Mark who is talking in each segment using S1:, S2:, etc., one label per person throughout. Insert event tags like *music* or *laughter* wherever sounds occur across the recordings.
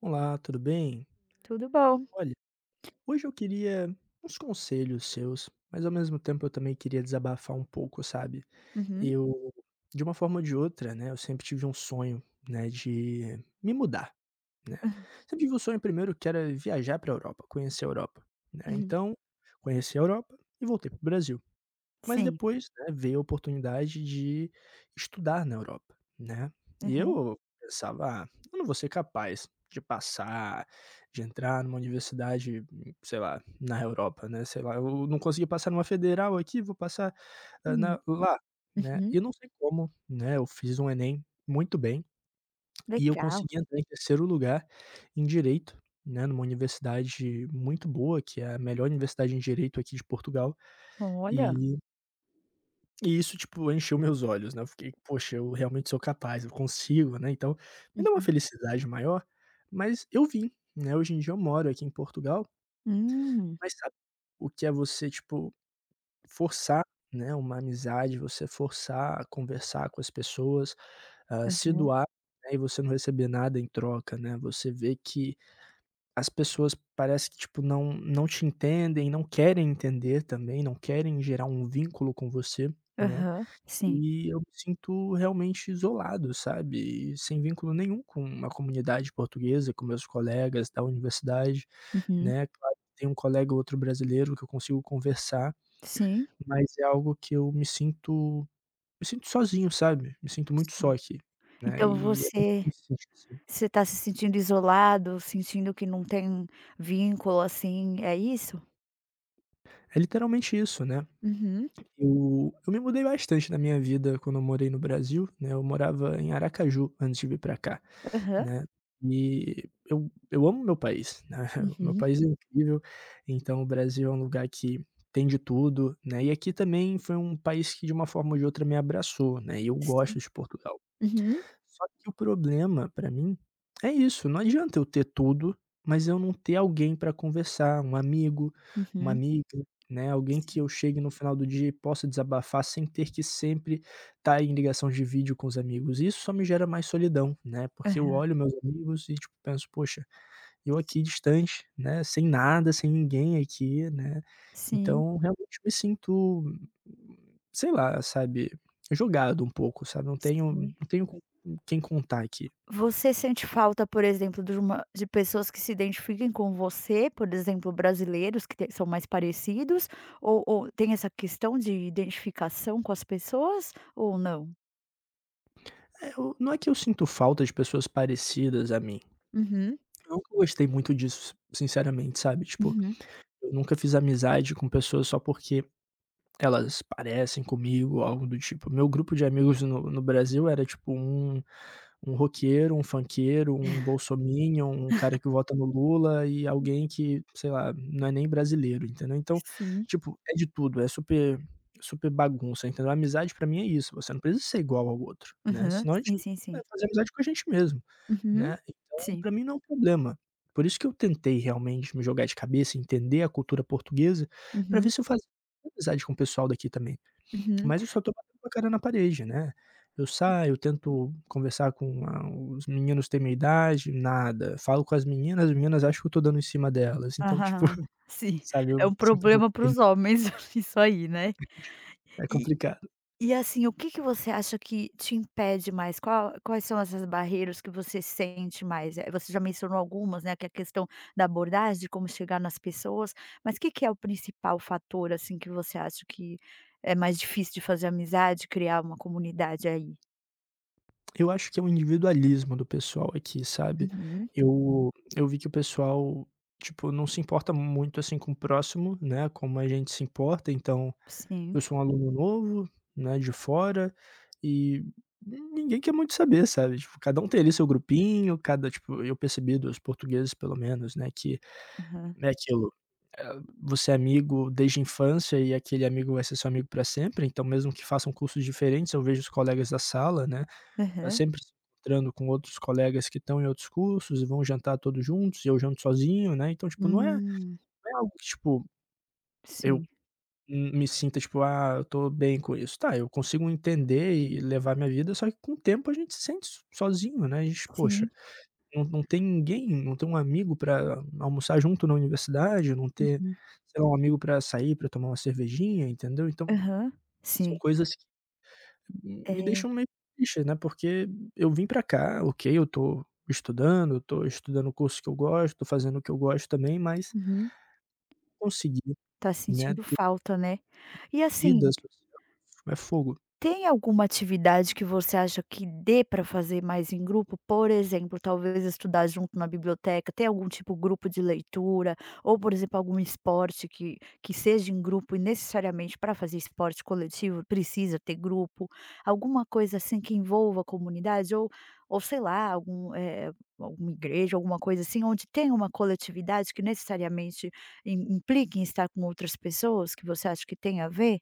S1: Olá, tudo bem?
S2: Tudo bom.
S1: Olha, hoje eu queria uns conselhos seus, mas ao mesmo tempo eu também queria desabafar um pouco, sabe?
S2: Uhum.
S1: Eu, de uma forma ou de outra, né, eu sempre tive um sonho, né, de me mudar, né?
S2: *laughs*
S1: Sempre tive um sonho primeiro que era viajar para a Europa, conhecer a Europa, né?
S2: Uhum.
S1: Então, conheci a Europa e voltei para o Brasil. Mas
S2: Sim.
S1: depois, né, veio a oportunidade de estudar na Europa, né. E
S2: Aham.
S1: eu pensava: "Ah, eu não vou ser capaz de passar, de entrar numa universidade, sei lá, na Europa, né, sei lá, eu não consegui passar numa federal aqui, vou passar,
S2: Hum.
S1: na lá", né.
S2: Uhum.
S1: E eu não sei como, né, eu fiz um Enem muito bem e eu
S2: Legal.
S1: consegui entrar em terceiro lugar em direito, né, numa universidade muito boa, que é a melhor universidade em direito aqui de Portugal,
S2: Olha.
S1: e e isso, tipo, encheu meus olhos, né, eu fiquei: "Poxa, eu realmente sou capaz, eu consigo", né, então me deu uma
S2: Uhum.
S1: felicidade maior, mas eu vim, né, hoje em dia eu moro aqui em Portugal,
S2: Hum.
S1: mas sabe o que é você, tipo, forçar, né, uma amizade, você forçar a conversar com as pessoas, se
S2: Aham.
S1: doar, né, e você não receber nada em troca, né, você vê que as pessoas parece que, tipo, não te entendem, não querem entender também, não querem gerar um vínculo com você, né.
S2: Aham. Sim.
S1: E eu me sinto realmente isolado, sabe, e sem vínculo nenhum com a comunidade portuguesa, com meus colegas da universidade,
S2: Uhum.
S1: né. Claro que tem um colega ou outro brasileiro que eu consigo conversar,
S2: Sim,
S1: mas é algo que eu me sinto sozinho, sabe, me sinto muito
S2: sim.
S1: só aqui, né,
S2: Então
S1: e é muito
S2: você
S1: triste assim.
S2: você está se sentindo isolado, sentindo que não tem vínculo, assim, é isso?
S1: É literalmente isso, né.
S2: Uhum.
S1: Eu me mudei bastante na minha vida quando eu morei no Brasil, né, eu morava em Aracaju antes de vir para cá,
S2: Aham.
S1: né, e eu amo meu país, né, *laughs* o meu
S2: Uhum.
S1: país é incrível, então o Brasil é um lugar que tem de tudo, né, e aqui também foi um país que de uma forma ou de outra me abraçou, né, e eu
S2: Sim.
S1: gosto de Portugal.
S2: Uhum.
S1: Só que o problema pra mim é isso, não adianta eu ter tudo, mas eu não ter alguém pra conversar, um amigo, uma
S2: Uhum.
S1: amiga, né, alguém que
S2: Sim.
S1: eu chegue no final do dia e possa desabafar sem ter que sempre estar em ligação de vídeo com os amigos. Isso só me gera mais solidão, né, porque eu
S2: Aham.
S1: olho meus amigos e, tipo, penso: "Poxa, eu aqui distante, né, sem nada, sem ninguém aqui", né.
S2: Sim,
S1: Então realmente me sinto, sei lá, sabe, jogado um pouco, sabe, não tenho
S2: sim.
S1: não tenho com quem contar aqui.
S2: Você sente falta, por exemplo, de uma de pessoas que se identifiquem com você, por exemplo, brasileiros que te são mais parecidos, ou tem essa questão de identificação com as pessoas ou não?
S1: É, eu não é que eu sinto falta de pessoas parecidas a mim,
S2: Uhum.
S1: eu nunca gostei muito disso, sinceramente, sabe, tipo,
S2: Uhum.
S1: eu nunca fiz amizade com pessoas só porque elas parecem comigo, algo do tipo. Meu grupo de amigos no Brasil era tipo um um roqueiro, um funkeiro, um bolsominion, um cara que vota no Lula e
S2: *laughs*
S1: alguém que, sei lá, não é nem brasileiro, entendeu. Então,
S2: Sim.
S1: tipo, é de tudo, é super super bagunça, entendeu. Amizade pra mim é isso, você não precisa ser igual ao outro, né,
S2: Aham.
S1: senão a gente
S2: Sim, sim,
S1: vai
S2: sim.
S1: fazer amizade com a gente mesmo,
S2: Uhum.
S1: né. Então
S2: Sim.
S1: pra mim não é um problema. Por isso que eu tentei realmente me jogar de cabeça, entender a cultura portuguesa, pra
S2: Uhum.
S1: ver se eu fazia tenho amizade com o pessoal daqui também,
S2: Uhum.
S1: mas eu só tô batendo com a cara na parede, né. Eu
S2: *laughs*
S1: saio, tento conversar com a os meninos têm minha idade, nada. Falo com as meninas acham que eu tô dando em cima delas, então, *laughs* tipo,
S2: Aham. Sim.
S1: sabe, eu
S2: É
S1: me
S2: um
S1: sinto um pouco
S2: problema para
S1: perdido,
S2: os homens *laughs* isso aí, né?
S1: é complicado.
S2: E assim, o que que você acha que te impede mais? Qual Quais são essas barreiras que você sente mais? Você já mencionou algumas, né, que é a questão da abordagem, de como chegar nas pessoas, mas o que que é o principal fator, assim, que você acha que é mais difícil de fazer amizade, criar uma comunidade aí?
S1: Eu acho que é um individualismo do pessoal aqui, sabe.
S2: Uhum,
S1: Eu eu vi que o pessoal, tipo, não se importa muito, assim, com o próximo, né, como a gente se importa, então
S2: sim.
S1: eu sou um aluno novo, né, de fora, e ninguém quer muito saber, sabe, tipo, cada um tem ali seu grupinho, cada tipo, eu percebi dos portugueses pelo menos, né, que
S2: Aham.
S1: é aquilo, eh, você é amigo desde a infância e aquele amigo vai ser seu amigo para sempre, então mesmo que façam cursos diferentes, eu vejo os colegas da sala, né,
S2: Aham.
S1: sempre se encontrando com outros colegas que estão em outros cursos e vão jantar todos juntos, e eu janto sozinho, né, então tipo, não é
S2: Hum,
S1: não é algo que tipo, eu
S2: sim.
S1: me sinta tipo: "Ah, eu tô bem com isso". Tá, eu consigo entender e levar minha vida, só que com o tempo a gente se sente sozinho, né, a gente, poxa,
S2: Sim.
S1: não tem ninguém, não tem um amigo pra almoçar junto na universidade, não ter,
S2: Uhum.
S1: sei lá, um amigo pra sair, pra tomar uma cervejinha, entendeu. Então,
S2: Aham.
S1: são
S2: Sim.
S1: coisas que me deixam
S2: É.
S1: meio triste, né, porque eu vim pra cá, ok, eu tô estudando o curso que eu gosto, tô fazendo o que eu gosto também, mas
S2: Uhum.
S1: conseguir,
S2: Tá
S1: né,
S2: sentindo
S1: ter
S2: falta, né. E
S1: vida
S2: assim,
S1: social é fogo.
S2: tem alguma atividade que você acha que dê para fazer mais em grupo? Por exemplo, talvez estudar junto na biblioteca, ter algum tipo grupo de leitura, ou por exemplo, algum esporte que seja em grupo e necessariamente para fazer esporte coletivo precisa ter grupo. Alguma coisa assim que envolva a comunidade ou sei lá, algum, alguma igreja, alguma coisa assim, onde tem uma coletividade que necessariamente im implique em estar com outras pessoas, que você acha que tem a ver?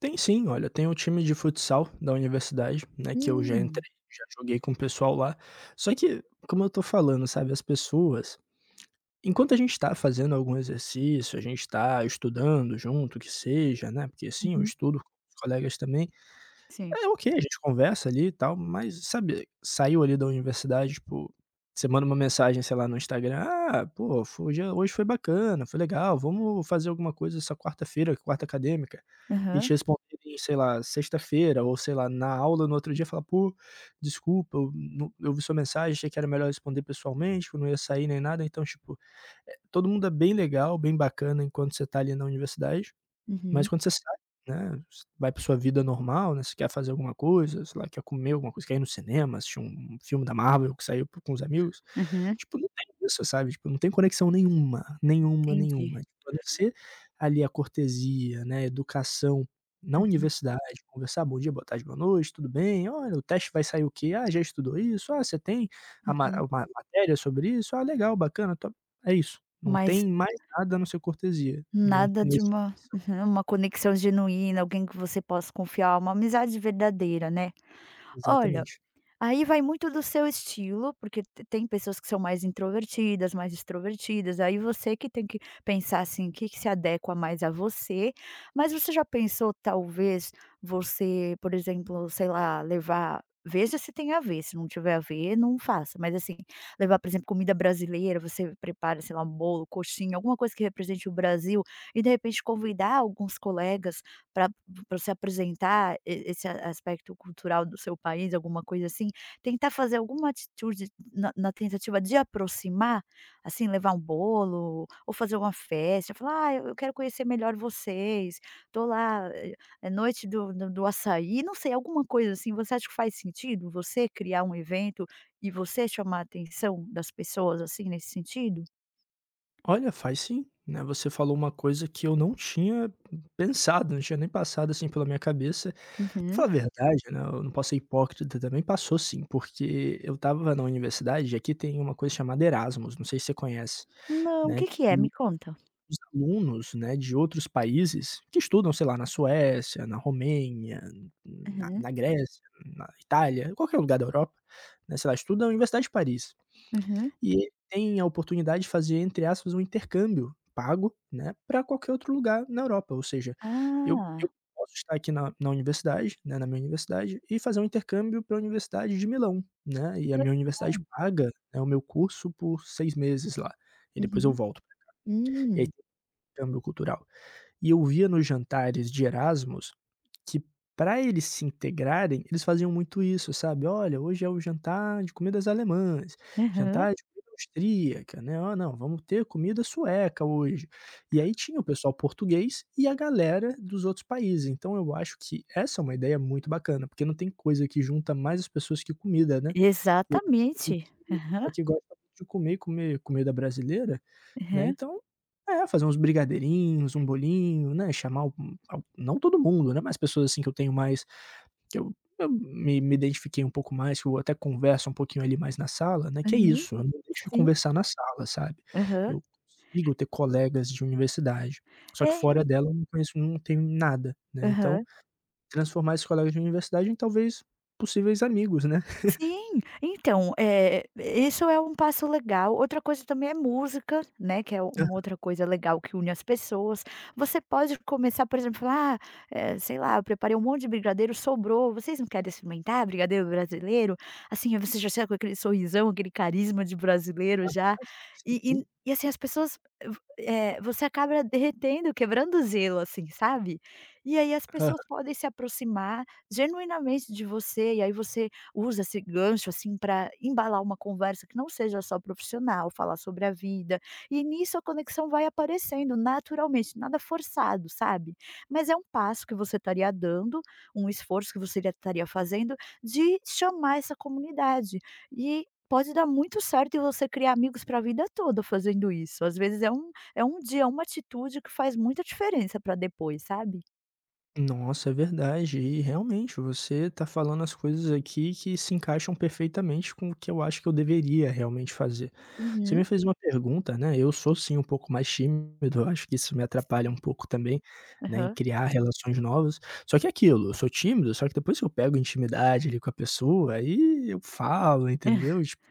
S1: Tem sim, olha, tem o time de futsal da universidade, né, que eu já
S2: Hum.
S1: entrei, já joguei com o pessoal lá. Só que, como eu tô falando, sabe, as pessoas, enquanto a gente tá fazendo algum exercício, a gente tá estudando junto, que seja, né, porque sim, eu
S2: Uhum.
S1: estudo com os colegas também.
S2: Sim.
S1: É, ok, a gente conversa ali e tal, mas sabe, saiu ali da universidade, tipo, você manda uma mensagem, sei lá, no Instagram: "Ah, pô, fo hoje foi bacana, foi legal, vamos fazer alguma coisa essa quarta-feira, quarta acadêmica", e
S2: Aham.
S1: te responderem, sei lá, sexta-feira ou, sei lá, na aula no outro dia falar: "Pô, desculpa, eu não eu vi sua mensagem, achei que era melhor responder pessoalmente, que eu não ia sair nem nada", então, tipo, todo mundo é bem legal, bem bacana enquanto você tá ali na universidade,
S2: Uhum.
S1: mas quando você sai, né, vai pra sua vida normal, né, você quer fazer alguma coisa, sei lá, quer comer alguma coisa, quer ir no cinema, assistir um filme da Marvel que saiu com os amigos,
S2: Uhum.
S1: tipo, não tem isso, sabe, tipo, não tem conexão nenhuma, nenhuma,
S2: Entendi.
S1: nenhuma. Tipo, a não ser ali a cortesia, né, a educação na
S2: Uhum,
S1: universidade, conversar: "Bom dia, boa tarde, boa noite, tudo bem? Olha, o teste vai sair o quê? Ah, já estudou isso? Ah, você tem a
S2: uhum.
S1: ma matéria sobre isso? Ah, legal, bacana, top". É isso, não
S2: Mas
S1: tem mais nada a não ser cortesia, não
S2: nada
S1: não
S2: de
S1: existe.
S2: uma conexão genuína, alguém que você possa confiar, uma amizade verdadeira, né. Olha,
S1: Exatamente.
S2: aí vai muito do seu estilo, porque te tem pessoas que são mais introvertidas, mais extrovertidas, aí você que tem que pensar, assim, o que que se adequa mais a você. Mas você já pensou, talvez, você, por exemplo, sei lá, levar veja se tem a ver, se não tiver a ver, não faça, mas, assim, levar, por exemplo, comida brasileira, você prepara, sei lá, um bolo, coxinha, alguma coisa que represente o Brasil e, de repente, convidar alguns colegas para pra você apresentar e esse aspecto cultural do seu país, alguma coisa assim, tentar fazer alguma atitude na tentativa de aproximar, assim, levar um bolo ou fazer uma festa, falar: "Ah, eu quero conhecer melhor vocês, tô lá, é noite do açaí", não sei, alguma coisa assim. Você acha que faz sentido você criar um evento e você chamar a atenção das pessoas, assim, nesse sentido?
S1: Olha, faz sim, né, você falou uma coisa que eu não tinha pensado, não tinha nem passado, assim, pela minha cabeça. Pra
S2: Uhum.
S1: falar a verdade, né, eu não posso ser hipócrita também, passou sim, porque eu estava na universidade e aqui tem uma coisa chamada Erasmus, não sei se você conhece,
S2: Não, o
S1: né,
S2: que que é?
S1: que
S2: Me conta.
S1: os alunos, né, de outros países que estudam, sei lá, na Suécia, na Romênia, na
S2: Aham,
S1: na Grécia, na Itália, qualquer lugar da Europa, né, sei lá, estudam na Universidade de Paris.
S2: aham.
S1: E ele tem a oportunidade de fazer, entre aspas, um intercâmbio pago, né, para qualquer outro lugar na Europa, ou seja, eu
S2: Ah.
S1: eu posso estar aqui na universidade, né, na minha universidade, e fazer um intercâmbio para a Universidade de Milão, né, e a minha universidade paga, né, o meu curso por 6 meses lá, e depois eu
S2: Uhum.
S1: volto. E aí
S2: Hum.
S1: tem intercâmbio cultural. E eu via nos jantares de Erasmus que para eles se integrarem, eles faziam muito isso, sabe: "Olha, hoje é o jantar de comidas alemãs,
S2: Aham.
S1: jantar de comida austríaca, né, ó, não, vamos ter comida sueca hoje". E aí tinha o pessoal português e a galera dos outros países, então eu acho que essa é uma ideia muito bacana, porque não tem coisa que junta mais as pessoas que comida, né. E eu percebi
S2: Exatamente.
S1: que o
S2: Aham,
S1: pessoal que gosta muito de comer comida brasileira, né,
S2: aham.
S1: então, é, fazer uns brigadeirinhos, um bolinho, né, chamar o al não todo mundo, né, mas pessoas, assim, que eu me identifiquei um pouco mais, que eu até converso um pouquinho ali mais na sala, né, que é
S2: Uhum.
S1: isso, eu não deixo de
S2: Sim.
S1: conversar na sala, sabe.
S2: Aham.
S1: Eu consigo ter colegas de universidade, só que
S2: É.
S1: fora dela eu não conheço não tenho nada, né, então
S2: Aham.
S1: transformar esses colegas de universidade em talvez possíveis amigos, né.
S2: Sim, então, é isso, é um passo legal. Outra coisa também é música, né, que é uma
S1: *laughs*
S2: outra coisa legal que une as pessoas. Você pode começar, por exemplo, falar: "Ah, sei lá, eu preparei um monte de brigadeiro, sobrou, vocês não querem experimentar brigadeiro brasileiro?" Assim, aí você já chega com aquele sorrisão, aquele carisma de brasileiro já,
S1: Aham, sim,
S2: e
S1: sim.
S2: assim, as pessoas você acaba derretendo, quebrando o gelo, assim, sabe. E aí as
S1: Aham.
S2: pessoas podem se aproximar genuinamente de você, e aí você usa esse gancho, assim, para embalar uma conversa que não seja só profissional, falar sobre a vida. E nisso a conexão vai aparecendo naturalmente, nada forçado, sabe. Mas é um passo que você estaria dando, um esforço que você estaria fazendo de chamar essa comunidade. E pode dar muito certo e você criar amigos para a vida toda fazendo isso. Às vezes é um dia, uma atitude que faz muita diferença para depois, sabe.
S1: Nossa, é verdade. E realmente, você tá falando as coisas aqui que se encaixam perfeitamente com o que eu acho que eu deveria realmente fazer. Você me
S2: Uhum.
S1: fez uma pergunta, né? Eu sou sim um pouco mais tímido, eu acho que isso me atrapalha um pouco também, né, em
S2: Aham.
S1: criar relações novas. Só que é aquilo, eu sou tímido, só que depois que eu pego intimidade ali com a pessoa, aí eu falo,
S2: *laughs*
S1: entendeu? Tipo,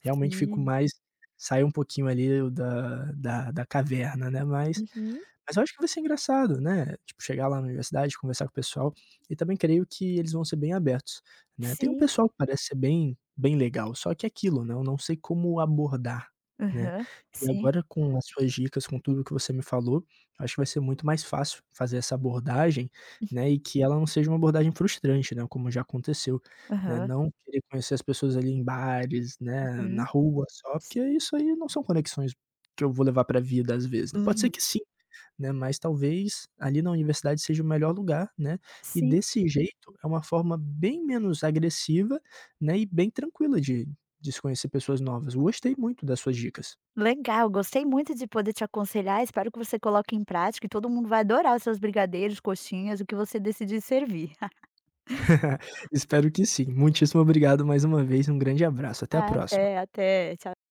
S1: realmente fico
S2: Sim.
S1: mais, saio um pouquinho ali da caverna, né? Mas.
S2: Uhum.
S1: Mas eu acho que vai ser engraçado, né, tipo, chegar lá na universidade, conversar com o pessoal, e também creio que eles vão ser bem abertos, né. Tem um
S2: Sim.
S1: pessoal que parece ser bem bem legal, só que é aquilo, né, eu não sei como abordar, né.
S2: Aham,
S1: E
S2: sim,
S1: agora com as suas dicas, com tudo que você me falou, eu acho que vai ser muito mais fácil fazer essa abordagem, né, e que ela não seja uma abordagem frustrante, né, como já aconteceu, né.
S2: aham.
S1: Não querer conhecer as pessoas ali em bares, né, na
S2: Uhum.
S1: rua só,
S2: S
S1: porque isso aí não são conexões que eu vou levar para a vida às vezes, né. Pode ser
S2: Uhum.
S1: que sim, né, mas talvez ali na universidade seja o melhor lugar, né, e
S2: Sim,
S1: desse jeito é uma forma bem menos agressiva, né, e bem tranquila de se conhecer pessoas novas. Gostei muito das suas dicas.
S2: legal, gostei muito de poder te aconselhar, espero que você coloque em prática e todo mundo vai adorar os seus brigadeiros, coxinhas, o que você decidir servir. *laughs*
S1: *laughs* Espero que sim. Muitíssimo obrigado mais uma vez, um grande abraço, até a próxima.
S2: Até, até. Tchau